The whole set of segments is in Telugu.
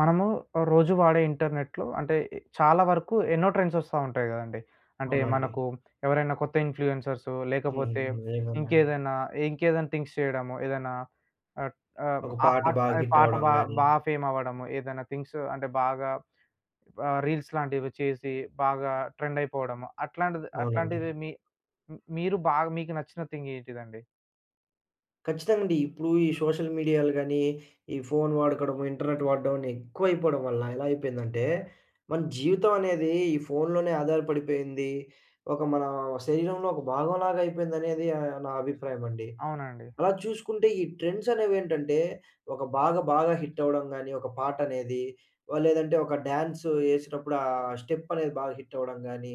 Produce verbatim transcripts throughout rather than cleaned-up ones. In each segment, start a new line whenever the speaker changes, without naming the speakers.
మనము రోజు వాడే ఇంటర్నెట్‌లో అంటే చాలా వరకు ఎన్నో ట్రెండ్స్ ఒస్తా ఉంటాయి గదండీ. అంటే
అవునండి.
మనకు ఎవరైనా కొత్త ఇన్‌ఫ్లుయెన్సర్స్
హ్మ్.
లేకపోతే
నిజంగానండి.
ఇంకేదైనా, ఇంకేదైనా థింగ్స్ చేయడము. ఏదైనా ఆహ్, ఆహ్,
ఒక పాట
ఆహ్,
బాగా
ఆహ్,
హిట్
పాట
అవ్వడం
బా
గాని
బా ఫేమ్ అవ్వడము. ఏదైనా థింగ్స్ అంటే బాగా ఆహ్, రీల్స్ లాంటివి చేసి బాగా ట్రెండ్ అయిపోవడము. అట్లాంటిది
అవునండి.
అట్లాంటిది మీ మీరు బాగా మీకు నచ్చిన థింగ్ ఏంటిదండి?
ఖచ్చితంగా అండి. ఇప్పుడు ఈ సోషల్ మీడియాలు గాని, ఈ ఫోను వాడకడము, ఇంటర్నెట్ వాడడం ఎక్కువైపోవడం వల్ల ఎలా అయిపోయిందంటే, మన జీవితం అనేది ఈ ఫోనులోనే ఆధారపడిపోయింది. ఒక మన శరీరంలో ఒక భాగంలాగా అయిపోయిందనేది ఆహ్, నా అభిప్రాయం అండి.
అవునండి.
అలా చూసుకుంటే ఈ ట్రెండ్స్ అనేవేంటంటే, ఒక బాగా బాగా హిట్ అవ్వడం గాని, ఒక పాటనేది వ లేదంటే ఒక డాన్స్ ఏసినప్పుడు ఆ స్టెప్ అనేది బాగా హిట్ అవ్వడం గాని,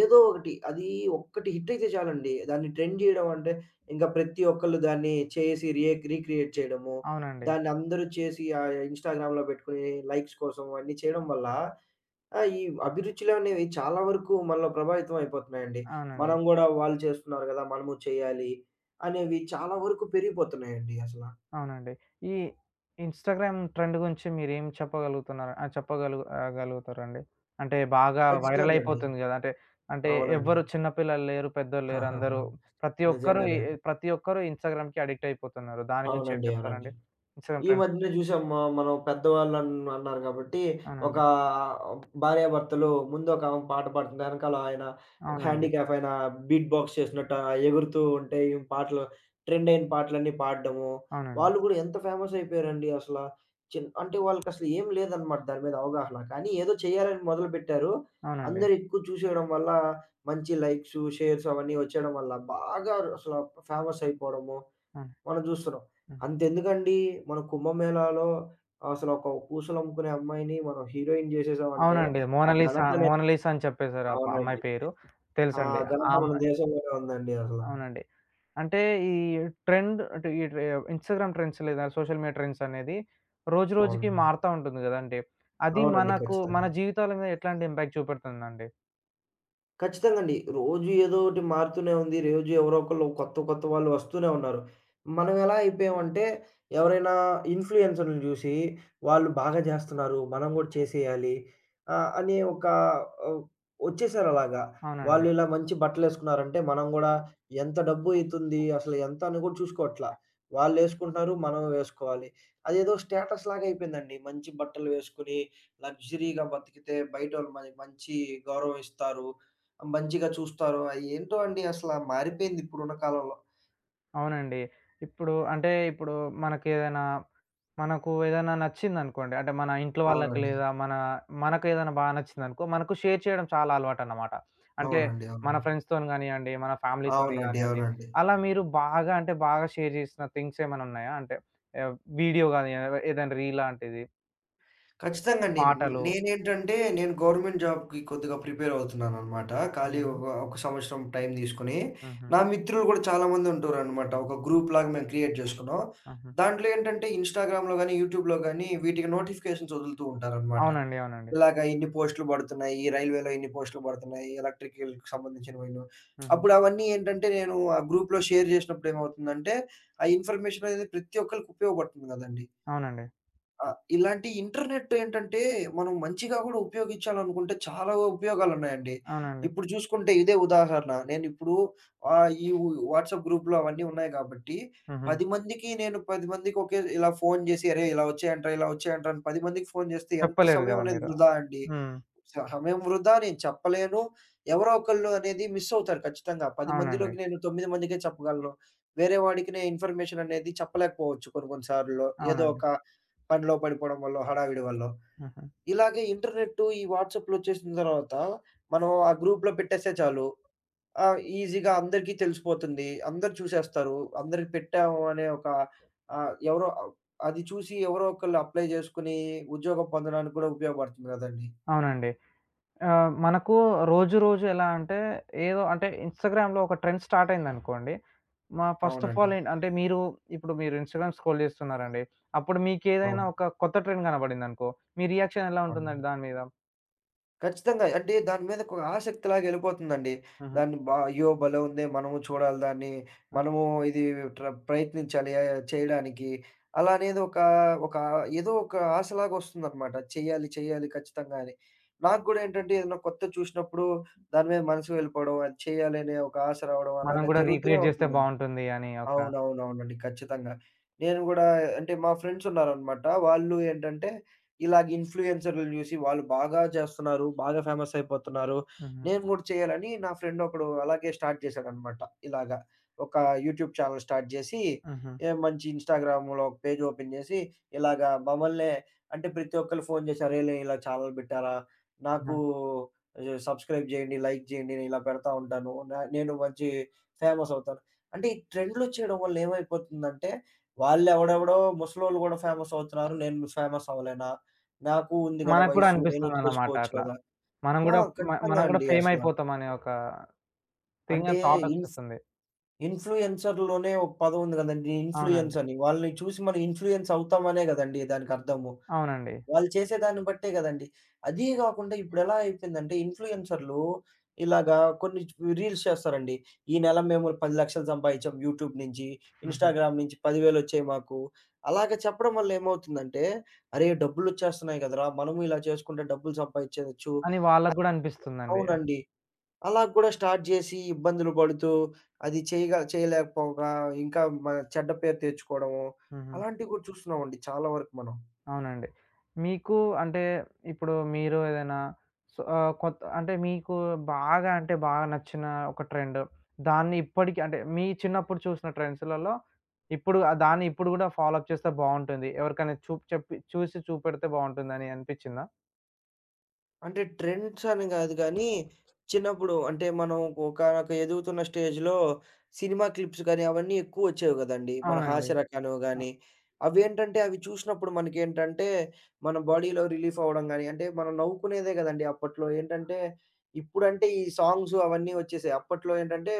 ఏదో ఒకటి అది ఒక్కటి హిట్ అయితే చాలండి. దాన్ని ట్రెండ్ జేయడం అంటే, ఇంకా ప్రతి ఒక్కళ్ళు దాన్ని చేసి రియేక్ రీక్రియేట్ చేయడము,
అవునండి.
దాన్ని అందరూ చేసి ఆహ్, ఇన్‌స్టాగ్రామ్‌లో పెట్టుకొని లైక్స్ కోసం అన్నీ చేయడం వల్ల ఆ! ఈ అభిరుచులనేవి చాలా వరకు మనలో ప్రభావితం అయిపోతున్నాయండి.
అవునండి.
మనం గూడా వాళ్ళు చేస్తున్నారు గదా! మనము చేయాలి అనేవి చాలా వరకు పెరిగిపోతున్నాయండి అసల.
అవునండి. ఈ ఇన్‌స్టాగ్రామ్ ట్రెండ్ గురించి మీరేం చెప్పగలుగుతున్నారు? ఆహ్, చెప్పగలుగు ఆహ్, గలుగుతారండి? అంటే బాగా వైరల్
ఖచ్చితంగా అండి.
అయిపోతుంది గదా! అంటే, అంటే
అవునండి.
ఎవ్వరు చిన్న పిల్లలు లేరు, పెద్దోళ్ళు లేరు.
ఆహాహా!
అందరూ ప్రతి ఒక్కరు ఈ
నిజంగానే అండి.
ప్రతి ఒక్కరు ఇన్‌స్టాగ్రామ్‌కి అడిక్ట్ అయిపోతున్నారు. దాని గురించి ఏం
అవునండి. అవునండి.
చెప్తారండి? ఇన్‌స్టాగ్రామ్
ఈ
ట్రెండ్స్.
మధ్యనే జూసాం. మ మనం పెద్దవాళ్ళన్ అన్నారు గాబట్టి, ఒక
అవునండి.
భార్యాభర్తలు ముందు ఒకామె పాట పాడుతుంది. ఎనకాల ఆయన ఒక
అవునండి.
హ్యాండీక్యాప్ ఆయన బీట్ బాక్స్ చేసినట్టు ఆహ్, ఎగురుతూ ఉంటే ఈమె పాటలు ట్రెండ్ అయిన పాటలన్నీ పాడడము.
అవునండి.
వాళ్ళు గూడా ఎంత ఫేమస్ అయిపోయారండి అసల. చిన్ అంటే వాళ్ళకసలు ఏం లేదనమాట దాని మీద అవగాహన. కానీ ఏదో చేయాలని మొదలుపెట్టారు.
అవునండి.
అందరూ ఎక్కువ చూసేయడం వల్ల మంచి లైక్సు, షేర్స్ అవన్నీ వచ్చేయడం వల్ల బాగా అసల ఫేమస్ అయిపోవడము.
హ్మ్.
మనం జూస్తున్నాం.
హ్మ్.
అంతెందుకండి మన కుంభమేళాలో అసలొక పూసలమ్ముకునే అమ్మాయిని మనం హీరోయిన్ జేసేసామంటే
అవునండి.
ఆ
మోనాలిసా
ఘనతనే
మోనాలిసా అని చెప్పేసారు ఆ ప
అవునండి.
అమ్మాయి పేరు.
ఆ
తెలుసండి. ఆ
ఘనత
అమ్,
మన దేశంలోనే ఉందండి అసల.
అవునండి. అంటే ఈ ట్రెండ్ అంటే ఈ ట్రె ఇన్‌స్టాగ్రామ్ ట్రెండ్స్ లేదా సోషల్ మీడియా ట్రెండ్స్ అనేది రోజు రోజుకి
అవునండి.
మారుతా ఉంటుంది గదండీ! అది
అవునండి.
మనకు
ఖచ్చితంగా.
మన జీవితాల మీద ఎట్లాంటి ఇంపాక్ట్ చూపెడుతుందండి?
ఖచ్చితంగండి. రోజు ఏదో ఒకటి మారుతూనే ఉంది. రోజు ఎవరో ఒకళ్ళు కొత్త, కొత్త వాళ్ళు వస్తూనే ఉన్నారు. మనం ఎలా అయిపోయామంటే ఎవరైనా ఇన్‌ఫ్లుయెన్సర్‌లని జూసి వాళ్ళు బాగా జేస్తున్నారు. మనం గూడా చేసేయాలి. ఆహ్, అనే ఒక ఆహ్, ఒచ్చేసారలాగా. వాళ్ళు
అవునండి.
ఇలా మంచి బట్టలేసుకున్నారంటే మనం గూడా ఎంత డబ్బు అయితుంది? అసలు ఎంత అని గూడా చూసుకోవట్లా. వాళ్ళేసుకుంటున్నారు. మనం వేసుకోవాలి. అదేదో స్టేటస్ లాగా అయిపోయిందండి. మంచి బట్టలు వేసుకొని లగ్జరీగా బతికితే బయటోళ్ళు మనకి మంచి గౌరవం ఇస్తారు. మంచిగా చూస్తారు. అయి ఏంటో అండి అసల మారిపోయింది ఇప్పుడున్న కాలంలో.
అవునండి. ఇప్పుడు అంటే ఇప్పుడు మనకేదైనా మనకు ఏదైనా నచ్చిందనుకోండి. అంటే మన ఇంట్లో వాళ్ళకి
అవునండి.
లేదా మన, మనకేదైనా బా నచ్చిందనుకో, మనకు షేర్ చేయడం చాలా అలవాటన్నమాట. అంటే
అవునండి.
మన
అవునండి.
ఫ్రెండ్స్‌తోని గానియ్యండి, మన ఫ్యామిలీతోని
అవునండి.
గానియ్యండి.
అవునండి.
అలా మీరు బాగా అంటే బాగా షేర్ చేసిన థింగ్స్ ఏమైనా ఉన్నాయా? అంటే ఆహ్, వీడియో గాని ఏదైనా రీల్ లాంటిది,
ఖచ్చితంగా అండి.
పాటలు.
నేనేంటంటే నేను గవర్నమెంట్ జాబ్‌కి కొద్దిగా ప్రిపేర్ అవుతున్నాననమాట. ఖాళీ
హుహు.
ఒక, ఒక సంవత్సరం టైం తీసుకొని.
హుహు.
నా మిత్రులు కూడా చాలామంది ఉంటారనమాట. ఒక గ్రూప్‌లాగా మేము క్రియేట్ చేసుకున్నాం.
హుహు.
దాంట్లో ఏంటంటే ఇన్‌స్టాగ్రామ్‌లో గాని, యూట్యూబ్‌లో గాని వీటికి నోటిఫికేషన్స్ వదులుతూ ఉంటారనమాట.
అవునండి. అవునండి.
ఇలాగ ఇన్ని పోస్టులు పడుతున్నాయి. ఈ రైల్వేలో ఇన్ని పోస్టులు పడుతున్నాయి. ఎలక్ట్రికల్‌కి సంబంధించినవిను.
హుహు.
అప్పుడు అవన్నీ ఏంటంటే నేను ఆ గ్రూప్‌లో షేర్ చేసినప్పుడు ఏమవుతుందంటే, ఆ ఇన్ఫర్మేషన్ అనేది ప్రతి ఒక్కళ్ళకి ఉపయోగపడుతుంది కదండీ!
అవునండి.
ఆ! ఇలాంటి ఇంటర్నెట్ ఏంటంటే, మనం మంచిగా గూడా ఉపయోగించాలనుకుంటే చాలా ఉపయోగాలున్నాయండి.
అవునండి.
ఇప్పుడు చూసుకుంటే ఇదే ఉదాహరణ. నేనిప్పుడు ఆహ్, ఈ వు వాట్సాప్ గ్రూప్‌లో అవన్నీ ఉన్నాయి గాబట్టి,
హుహు.
పది మందికి నేను పది మందికి ఒకే ఇలా ఫోను జేసి, "అరేయ్! ఇలా ఒచ్చేయంట్రా, ఇలా ఒచ్చేయంట్రా" అని పది మందికి ఫోను జేస్తే ఎంత
చెప్పలేరు
సమయం
గదా
అనేది
మీరు.
వృధా అండి.
హ్మ్.
స సమయం వృధా నేను చెప్పలేను. ఎవరో ఒకళ్ళు అనేది మిస్ అవుతారు ఖచ్చితంగా. పది
అవునండి.
మందిలోకి నేను తొమ్మిది మందికే చెప్పగలను. వేరే వాడికి నేను ఇన్ఫర్మేషన్ అనేది చెప్పలేకపోవచ్చు కొన్ని కొన్ని సార్లు. ఏదో
అవునండి.
ఒక పనిలో పడిపోవడం వల్లో, హడావిడి వల్లో.
హుహు.
ఇలాగే ఇంటర్నెట్టు ఈ వాట్సాప్‌లొచ్చేసిన తర్వాత, మనం ఆ గ్రూప్‌లో పెట్టేస్తే చాలు. ఆహ్, ఈజీగా అందరికీ తెలిసిపోతుంది. అందరూ చూసేస్తారు. అందరికి పెట్టాము అనే ఒక ఆహ్, ఎవరో అవ్ అది చూసి ఎవరో ఒకళ్ళు అప్లై చేసుకొని, ఉద్యోగం పొందడానికి కూడా ఉపయోగపడుతుంది కదండీ!
అవునండి. ఆహ్, మనకు రోజు రోజు ఎలా అంటే ఏదో అంటే ఇన్‌స్టాగ్రామ్‌లో ఒక ట్రెండ్ స్టార్ట్ అయిందనుకోండి. మా ఫస్ట్ ఆఫ్
అవునండి.
ఆల్ ఏం అంటే మీరు ఇప్పుడు మీరు ఇన్‌స్టాగ్రామ్ స్క్రోల్ చేస్తున్నారండి. అప్పుడు మీకేదైనా
అవును.
ఒక కొత్త ట్రెండ్ కనపడిందనుకో, మీ రియాక్షన్ ఎలా
అవును.
ఉంటుందండి దాని మీద?
ఖచ్చితంగా. అంటే దాని మీద ఒక ఆసక్తిలాగా ఎళ్ళిపోతుందండి.
హుహు.
దాన్ని బా అయ్యో! భలే ఉందే! మనము చూడాలి దాన్ని.
హ్మ్.
మనము ఇది ట్ర ప్రయత్నించాలి ఆహ్, చేయడానికి. అలా అనేది ఒక, ఒక ఏదో ఒక ఆశలాగా వస్తుందనమాట. చెయ్యాలి, చెయ్యాలి ఖచ్చితంగా అని. నాకు గూడా ఏంటంటే ఏదైనా కొత్తది చూసినప్పుడు దాని మీద మనసు వెళ్ళిపోవడం, అది చేయాలనే ఒక ఆశ రావడం
మనం
అలాగా
గూడా
జరుగుతూనే
రీక్రియేట్ చేస్తే
ఉంటుంది.
బావుంటుంది అని ఒక.
అవునవునవునండి. ఖచ్చితంగా. నేను గూడా అంటే మా ఫ్రెండ్స్ ఉన్నారనమాట. వాళ్ళు ఏంటంటే ఇలాగ ఇన్‌ఫ్లుయెన్సర్‌లని జూసి వాళ్ళు బాగా చేస్తున్నారు. బాగా ఫేమస్ అయిపోతున్నారు.
హుహు.
నేను గూడా చేయాలని నా ఫ్రెండ్ ఒకడు అలాగే స్టార్ట్ చేశాడనమాట. ఇలాగ ఒక యూట్యూబ్ ఛానెల్ స్టార్ట్ జేసి
హుహు.
ఏ మంచి ఇన్‌స్టాగ్రామ్‌లో ఒక పేజ్ ఓపెన్ జేసి ఇలాగ మమ్మల్నే అంటే ప్రతి ఒక్కళ్ళు ఫోను జేసి "అరేలే! ఇలా ఛానెల్ బెట్టారా? నాకు
హ్మ్.
ఆహ్, సబ్‌స్క్రైబ్ జేయండి. లైక్ జేయండి. నేను ఇలా పెడతా ఉంటాను. న నేను మంచి ఫేమస్ అవుతాను." అంటే ఈ ట్రెండ్‌లొచ్చేయడం వల్ల ఏమైపోతుందంటే, వాళ్ళెవడెవడో ముసలోళ్ళు గూడా ఫేమస్ అవుతున్నారు. నేను ఫేమస్ అవ్వలేనా? నాకు ఉంది గదా!
మనకు కూడా
వయసు. నేను
అనిపిస్తుందన్నమాట
చేసుకోవచ్చు
అట్లా.
గదా!
మనం
ఆ!
గూడా మ
ఖచ్చితంగా
మనం గూడా
అండి
ఫేమ్
అసల.
అయిపోతాం అనే ఒక థింగ్
అంటే
థాట్
ఇన్స్
వచ్చేస్తుంది.
ఇన్‌ఫ్లుయెన్సర్‌లోనే ఒక పదం ఉంది గదండీ. ఇన్‌ఫ్లుయెన్స్
అవునండి.
అని. వాళ్ళని చూసి మనం ఇన్‌ఫ్లుయెన్స్ అవుతామనే గదండీ దానికర్థము.
అవునండి.
వాళ్ళు చేసే దాన్ని బట్టే గదండీ. అదీ గాకుండా ఇప్పుడెలా అయిపోయిందంటే ఇన్‌ఫ్లుయెన్సర్‌లు ఇలాగా కొన్ని చు రీల్స్ చేస్తారండి. "ఈ నెల మేము పది లక్షలు సంపాదించాం యూట్యూబ్ నుంచి.
హుహు.
ఇన్‌స్టాగ్రామ్ నుంచి పది వేలు ఒచ్చాయి మాకు." అలాగ చెప్పడం వల్ల ఏమవుతుందంటే, "అరే! డబ్బులొచ్చేస్తున్నాయి గదరా! మనము ఇలా చేసుకుంటే డబ్బులు సంపాదించేయొచ్చు."
అని వాళ్ళకి గూడా అనిపిస్తుందండి.
అవునండి. అలా గూడా స్టార్ట్ జేసి ఇబ్బందులు బడుతూ, అది చేయగా చేయలేకపోగా ఇంకా మ చెడ్డ పేరు తెచ్చుకోవడము,
హుహు.
అలాంటివి గూడా చూస్తున్నామండి చాలా వరకు మనం.
అవునండి. మీకు అంటే ఇప్పుడు మీరు ఏదైనా సో ఆహ్, కొత్త అంటే మీకు బాగా అంటే బాగా నచ్చిన ఒక ట్రెండ్ దాన్ని ఇప్పటికి అంటే మీ చిన్నప్పుడు చూసిన ట్రెండ్స్‌లలో ఇప్పుడు ఆహ్, దాన్ని ఇప్పుడు గూడా ఫాలో అప్ చేస్తే బావుంటుంది. ఎవరికైనా చూప్ చెప్పి చూసి చూపెడితే బావుంటుందని అనిపిచ్చిందా?
అంటే ట్రెండ్స్ అని గాదు గానీ, చిన్నప్పుడు అంటే మనం ఒకానొక ఎదుగుతున్న స్టేజ్‌లో సినిమా క్లిప్స్ గానీ, అవన్నీ ఎక్కువొచ్చేవి గదండీ. మన
అవునండి.
హాస్యరకాలు
అ!
గానీ, అవేంటంటే అవి చూసినప్పుడు మనకేంటంటే, మన బాడీలో రిలీఫ్ అవ్వడం గానీ, అంటే మనం నవ్వుకునేదే గదండీ అప్పట్లో. ఏంటంటే, ఇప్పుడంటే ఈ సాంగ్స్ అవన్నీ ఒచ్చేసాయి. అప్పట్లో ఏంటంటే,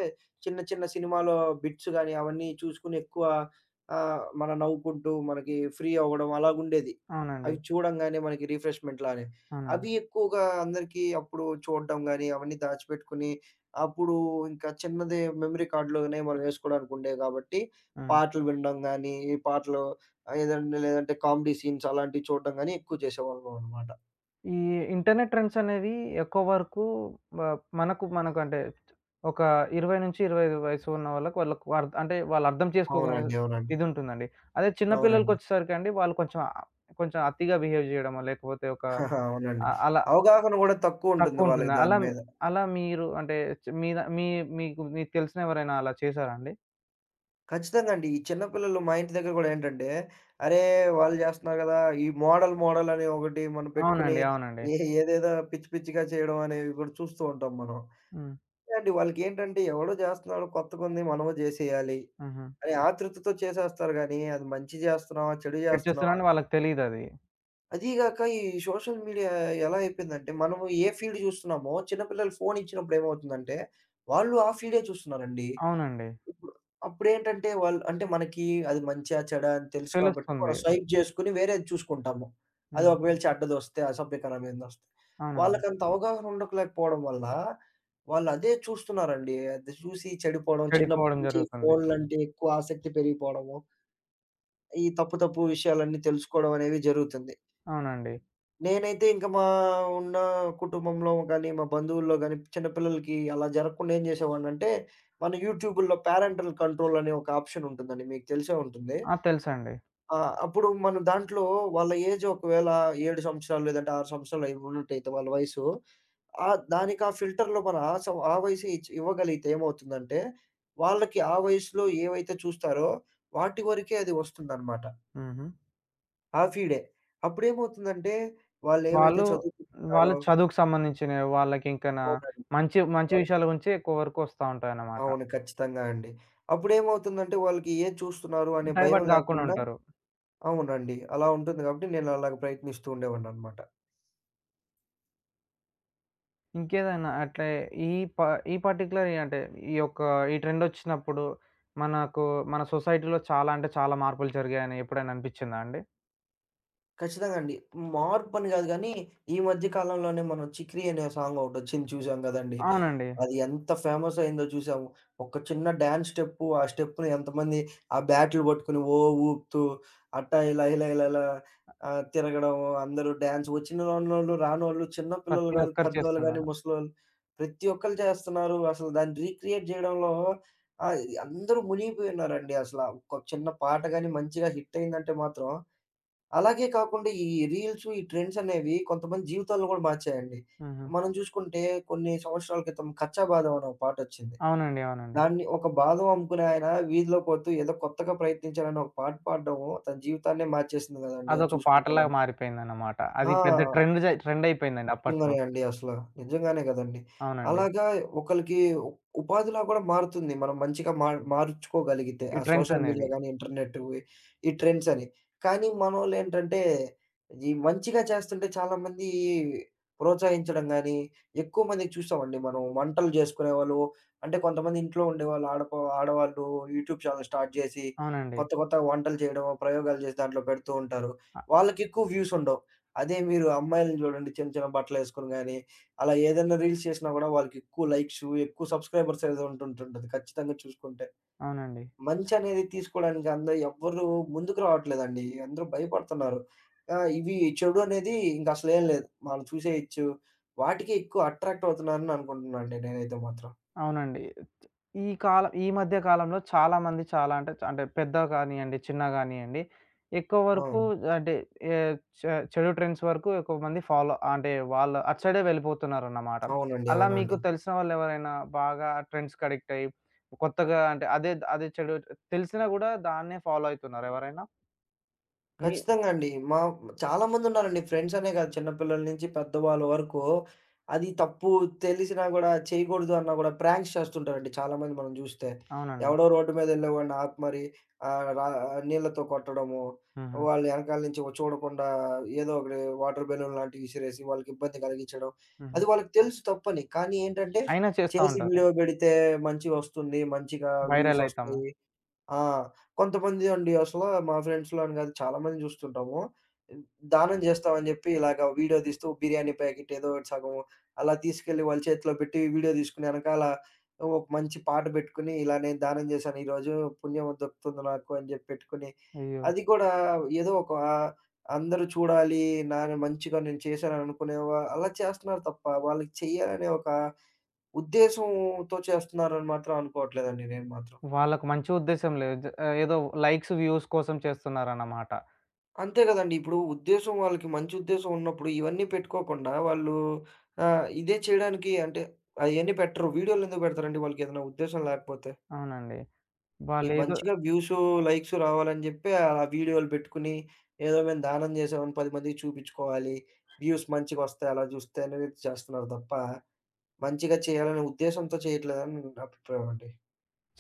చిన్న చిన్న సినిమాలో బిట్స్ గానీ, అవన్నీ చూసుకొని ఎక్కువ ఆహ్, మనం నవ్వుకుంటూ మనకి ఫ్రీ అవ్వడం అలాగుండేది.
అవునండి.
అవి చూడంగానే మనకి రిఫ్రెష్‌మెంట్‌లా అని.
అవునండి.
అవి ఎక్కువగా అందరికీ అప్పుడు చూడడం గాని, అవన్నీ దాచిపెట్టుకొని, అప్పుడు ఇంకా చిన్నది మెమరీ కార్డ్‌లోనే మనం ఏసుకోడానికి ఉండేవి కాబట్టి,
హ్మ్.
పాటలు వినడం గాని, ఈ పాటలు ఆహ్, ఏదంటే లేదంటే కామెడీ సీన్స్ అలాంటివి చూడడం గాని ఎక్కువ చేసేవాళ్ళం అనమాట.
ఈ ఇంటర్నెట్ ట్రెండ్స్ అనేవి ఎక్కువ వరకు మ మనకు మనకు అంటే ఒక ఇరవై ఇరవై ఐదు వయసు ఉన్న వాళ్ళకి వాళ్ళకు అర్థ్ అంటే వాళ్ళు అర్థం చేసుకోగలిగే
అవునండి. అవునండి.
ఇది ఉంటుందండి. అదే చిన్న
అవునండి.
పిల్లలకొచ్చేసరికి అండి వాళ్ళు కొంచెం ఆహ్, కొంచెం అతిగా బిహేవ్ చేయడమో లేకపోతే ఒక
అవునండి.
ఆహ్, అలా
అవగాహన గూడా తక్కువుంటుంది వాళ్ళకి
తక్కువుంటుంది.
దాని
అలా
మీద.
అలా మీరు అంటే చ్ మీద మీ మీకు మీకు తెలిసిన ఎవరైనా అలా చేసారా అండి?
ఖచ్చితంగా అండి. ఈ చిన్న పిల్లలు మా ఇంటి దగ్గర గూడా ఏంటంటే, అరే! వాళ్ళు జేస్తున్నారు గదా! ఈ మోడల్, మోడల్ అని ఒకటి మనం పెట్టుకొని
అవునండి. అవునండి.
ఏ ఏదేదో పిచ్చి పిచ్చిగా చేయడం అనేవి గూడా చూస్తూ ఉంటాం మనం.
హ్మ్.
అండి వాళ్ళకేంటంటే ఎవడో జేస్తున్నాడు కొత్తగుంది మనము జేసేయాలి
హుహు.
అనే ఆతృతతో చేసేస్తారు గానీ, అది మంచి జేస్తున్నామా? చెడు
చెడు
జేస్తున్నామా?
చేస్తున్నారని వాళ్ళకి తెలీదది.
అదీ గాక ఈ సోషల్ మీడియా ఎలా అయిపోయిందంటే, మనము ఏ ఫీల్డ్ జూస్తున్నామో చిన్న పిల్లలు ఫోన్ ఇచ్చినప్పుడు ఏమవుతుందంటే, వాళ్ళు ఆ ఫీల్డే చూస్తున్నారండి.
అవునండి.
ఇప్పుడు అప్పుడేంటంటే వాళ్ళు అంటే మనకి అది మంచా, చెడా అని తెలుసు కాబట్టి
తెలుస్తుంది.
మనం స్వైప్ జేసుకొని వేరేది చూసుకుంటాము. అది
హ్మ్.
ఒకవేళ చెడ్డదొస్తే, అసభ్యకరమైనదొస్తే.
అవునండి.
వాళ్ళకంత అవగాహన ఉండకలేకపోవడం వల్ల వాళ్ళదే చూస్తున్నారండి. అది చూసి చెడిపోవడం, చిన్నప్పటి
చెడిపోవడం
నుంచి
జరుగుతుంది.
ఫోన్లంటే ఎక్కువ ఆసక్తి పెరిగిపోవడము, ఈ తప్పు, తప్పు విషయాలన్నీ తెలుసుకోవడం అనేవి జరుగుతుంది.
అవునండి.
నేనైతే ఇంక మా ఉన్న కుటుంబంలో గాని, మా బంధువుల్లో గాని చిన్న పిల్లలకి అలా జరగకుండా ఏం చేసేవాడినంటే, మన యూట్యూబుల్లో పేరెంటల్ కంట్రోల్ అనే ఒక ఆప్షన్ ఉంటుందండి. మీకు తెలిసే ఉంటుంది.
ఆ! తెలుసండి.
ఆ! అప్పుడు మనం దాంట్లో వాళ్ళ ఏజ్ ఒకవేళ ఏడు సంవత్సరాలు లేదంటే ఆరు సంవత్సరాలు అయి ఉన్నట్టయితే వాళ్ళ వయసు. ఆహ్, దానికి ఆ ఫిల్టర్‌లో మనం ఆ సం ఆ వయసే ఇచ్ ఇవ్వగలిగితే ఏమవుతుందంటే, వాళ్ళకి ఆ వయసులో ఏవైతే చూస్తారో వాటి వరకే అది వస్తుందన్నమాట.
హుహు. హ్మ్.
ఆ ఫీడే. అప్పుడేమవుతుందంటే, వాళ్ళేవైతే
వాళ్ళు,
చదువుకుంటున్నారో
వాళ్ళు చదువుకు సంబంధించినవి వాళ్ళకింకనా
అవునండి.
మంచి, మంచి
వాళ్ళకి
విషయాల గురించే ఎక్కువ వరకు వస్తా ఉంటాయన్నమాట.
అవును. ఖచ్చితంగా అండి. అప్పుడేమవుతుందంటే వాళ్ళకి ఏది చూస్తున్నారు అనే భయం
డైవర్ట్ గాకుండా
లేకుండా
ఉంటారు.
అవునండి. అలా ఉంటుంది కాబట్టి నేను అలాగ ప్రయత్నిస్తూ ఉండేవాడిననమాట.
ఇంకేదైనా అట్లే ఈ ప ఈ పర్టిక్యులర్ అంటే ఈ యొక్క ఈ ట్రెండొచ్చినప్పుడు మనకు మన సొసైటీలో చాలా అంటే చాలా మార్పులు జరిగాయని ఎప్పుడైనా అనిపిచ్చిందా అండి?
ఖచ్చితంగా అండి. మార్పని గాదు గానీ, ఈ మధ్య కాలంలోనే మనం 'చిక్రీ' అనే సాంగ్ ఒకటొచ్చింది చూసాం గదండీ.
అవునండి.
అది ఎంత ఫేమస్ అయిందో చూసాము. ఒక చిన్న డాన్స్ స్టెప్పు, ఆ స్టెప్‌ని ఎంతమంది ఆ బ్యాట్లు పట్టుకొని ఓ ఊపుతూ, అట్టా ఇలా ఇలా ఇలా ఇలా ఆహ్, తిరగడం, అందరూ డాన్స్ వచ్చినోళ్ళు, రానోళ్ళు, చిన్న పిల్లలు
ప్రతి
గాదు,
ఒక్కరు
పెద్దోళ్ళు గాని,
చేస్తున్నారు.
ముసలోళ్ళు ప్రతి ఒక్కళ్ళు చేస్తున్నారు. అసలు దాన్ని రీక్రియేట్ జేయడంలో ఆహ్, అందరూ మునిగిపోయి ఉన్నారండి అసల. ఒక చిన్న పాట గాని మంచిగా హిట్ అయిందంటే మాత్రం అలాగే కాకుండా ఈ రీల్స్, ఈ ట్రెండ్స్ అనేవి కొంతమంది జీవితాలను గూడా మార్చాయండి.
హుహు.
మనం చూసుకుంటే కొన్ని సంవత్సరాల క్రితం 'కచ్చా బాదం' అనే ఒక పాటొచ్చింది.
అవునండి. అవునండి.
దాన్ని ఒక బాదం అమ్ముకునే ఆయన వీధిలో పోతూ ఏదో కొత్తగా ప్రయత్నించాలని ఒక పాట పాడడం తన జీవితాన్నే మార్చేసింది గదండీ! అది
అదొక
చూసుకుంటే
పాటలాగా
మనం.
మారిపోయిందన్నమాట.
ఆ!
అది పెద్ద ట్రెండ్ జ ట్రెండయిపోయిందండి అప్పట్లో.
నిజంగానే అండి అసల. నిజంగానే గదండీ.
అవునండి.
అలాగా ఒకళ్ళకి ఉ ఉపాధిలా గూడా మారుతుంది. మనం మంచిగా మార్ మార్చుకోగలిగితే
ఈ
ఆ సోషల్
ట్రెండ్సనేది.
మీడియా గాని, ఇంటర్నెట్ ఈ ట్రెండ్స్ అని. కానీ మనోళ్ళేంటంటే ఈ మంచిగా చేస్తుంటే చాలా మంది ప్రోత్సహించడం గాని, ఎక్కువ మందికి చూసామండి మనం. వంటలు జేసుకునేవాళ్ళు అంటే కొంతమంది ఇంట్లో ఉండేవాళ్ళు ఆడప ఆడవాళ్ళు యూట్యూబ్ ఛానెల్ స్టార్ట్ జేసి
అవునండి.
కొత్త కొత్త వంటలు చేయడం, ప్రయోగాలు జేసి దాంట్లో పెడుతూ ఉంటారు.
అ
వాళ్ళకెక్కువ వ్యూస్ ఉండవు. అదే మీరు అమ్మాయిలని జూడండి చిన్న చిన్న బట్టలేసుకొని గాని, అలా ఏదైనా రీల్స్ చేసినా గూడా వాళ్ళకెక్కువ లైక్సు, ఎక్కువ సబ్‌స్క్రైబర్స్ ఏదో ఉంటుంటుంటది ఖచ్చితంగా చూసుకుంటే.
అవునండి.
మంచనేది తీసుకోవడానికి అందరూ ఎవ్వరు ముందుకు రావట్లేదండి. అందరూ భయపడుతున్నారు. ఆహ్, ఇవి చెడు అనేది ఇంకసలేం లేదు. మనం చూసేయొచ్చు. వాటికే ఎక్కువ అట్రాక్ట్ అవుతున్నారని అనుకుంటున్నానండి నేనైతే మాత్రం.
అవునండి. ఈ కాలం ఈ మధ్య కాలంలో చాలామంది చాలా అంటే చ అంటే పెద్దగా గానియండి, చిన్న గానియండి, ఎక్కువ
ఆ!
వరకు అంటే ఏ చె చెడు ట్రెండ్స్ వరకు ఎక్కువ మంది ఫాలో అంటే వాళ్ళు అటు సైడే వెళ్ళిపోతున్నారన్నమాట.
అవునండి.
అలా
అవునండి.
మీకు తెలిసిన వాళ్ళెవరైనా బాగా ట్రెండ్స్‌కి అడిక్ట్ అయ్యి, కొత్తగా అంటే అదే అదే చెడు తెలిసినా గూడా దాన్నే ఫాలో అయితున్నారా ఎవరైనా? మీ
ఖచ్చితంగా అండి. మా చాలామందున్నారండి ఫ్రెండ్సనే కాదు చిన్నపిల్లల నుంచి పెద్దవాళ్ళ వరకు. అది తప్పు తెలిసినా గూడా చేయకూడదు అన్నా గూడా ప్రాంక్స్ చేస్తుంటారండి చాలామంది మనం జూస్తే.
అవునండి.
ఎవడో రోడ్డు మీదెళ్ళేవాడిని ఆపి మరి ఆహ్, రా నీళ్ళతో కొట్టడము,
హుహు.
వాళ్ళు ఎనకాల నుంచి ఓ చూడకుండా ఏదో ఒకటి వాటర్ బెలూన్ లాంటివి విసిరేసి వాళ్ళకి ఇబ్బంది కలిగించడం.
హుహు.
అది వాళ్ళకి తెలుసు తప్పని. కానీ ఏంటంటే
అయినా చేస్తా
చేసి
ఉంటారు.
వీడియో బెడితే మంచిగొస్తుంది, మంచిగా వ్యూస్
వైరల్ అయితాము.
ఒస్తాయి. ఆ! కొంతమంది అండి అసలా మా ఫ్రెండ్స్‌లో అని కాదు చాలా మందిని చూస్తుంటాము. దానం చేస్తామని చెప్పి ఇలాగ వీడియో తీస్తూ బిర్యానీ ప్యాకెట్ ఏదో ఒకటి సగం అలా తీసుకెళ్ళి వాళ్ళ చేతిలో పెట్టి వీడియో తీసుకొని ఎనకాల ఒక మంచి పాట పెట్టుకొని, ఇలా నేను దానం చేశాను ఈరోజు పుణ్యం దక్కుతుంది నాకు అని చెప్పి పెట్టుకొని,
అయ్యో!
అది కూడా ఏదో ఒక అందరూ చూడాలి నా మంచిగా నేను చేశాను అనుకునేవా అలా చేస్తున్నారు తప్ప వాళ్ళకి చెయ్యాలనే ఒక ఉద్దేశంతో చేస్తున్నారని మాత్రం అనుకోవట్లేదండి నేను మాత్రం.
వాళ్ళకి మంచి ఉద్దేశ్యం లేదు. జ ఆహ్, ఏదో లైక్స్, వ్యూస్ కోసం చేస్తున్నారన్నమాట.
అంతే గదండీ. ఇప్పుడు ఉద్దేశ్యం వాళ్ళకి మంచి ఉద్దేశ్యం ఉన్నప్పుడు ఇవన్నీ పెట్టుకోకుండా వాళ్ళు ఆహ్, ఇదే చేయడానికి అంటే అయన్నీ పెట్టరు. వీడియోలెందుకు పెడతారండి? వాళ్ళకేదైనా ఉద్దేశ్యం లేకపోతే.
అవునండి.
ఈ
వాళ్ళేదో
మంచిగా వ్యూసు, లైక్సు రావాలని జెప్పి ఆ వీడియోలు పెట్టుకొని ఏదో మేము దానం జేసామని పది మందికి చూపించుకోవాలి. వ్యూస్ మంచిగొస్తాయి అలా జూస్తే అనేది చేస్తున్నారు తప్ప మంచిగా చేయాలనే ఉద్దేశంతో చేయట్లేదని నా అభిప్రాయం అండి.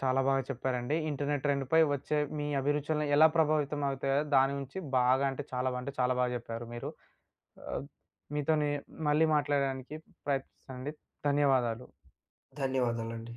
చాలా బాగా చెప్పారండి. ఇంటర్నెట్ ట్రెండ్‌పై వచ్చే మీ అభిరుచులను ఎలా ప్రభావితం అవుతాయో దాని గురించి బాగా అంటే చాలా బా- అంటే చాలా బాగా చెప్పారు మీరు. ఆహ్, మీతోని మళ్ళీ మాట్లాడడానికి ప్రయత్నిస్తానండి. ధన్యవాదాలు.
ధన్యవాదాలండి.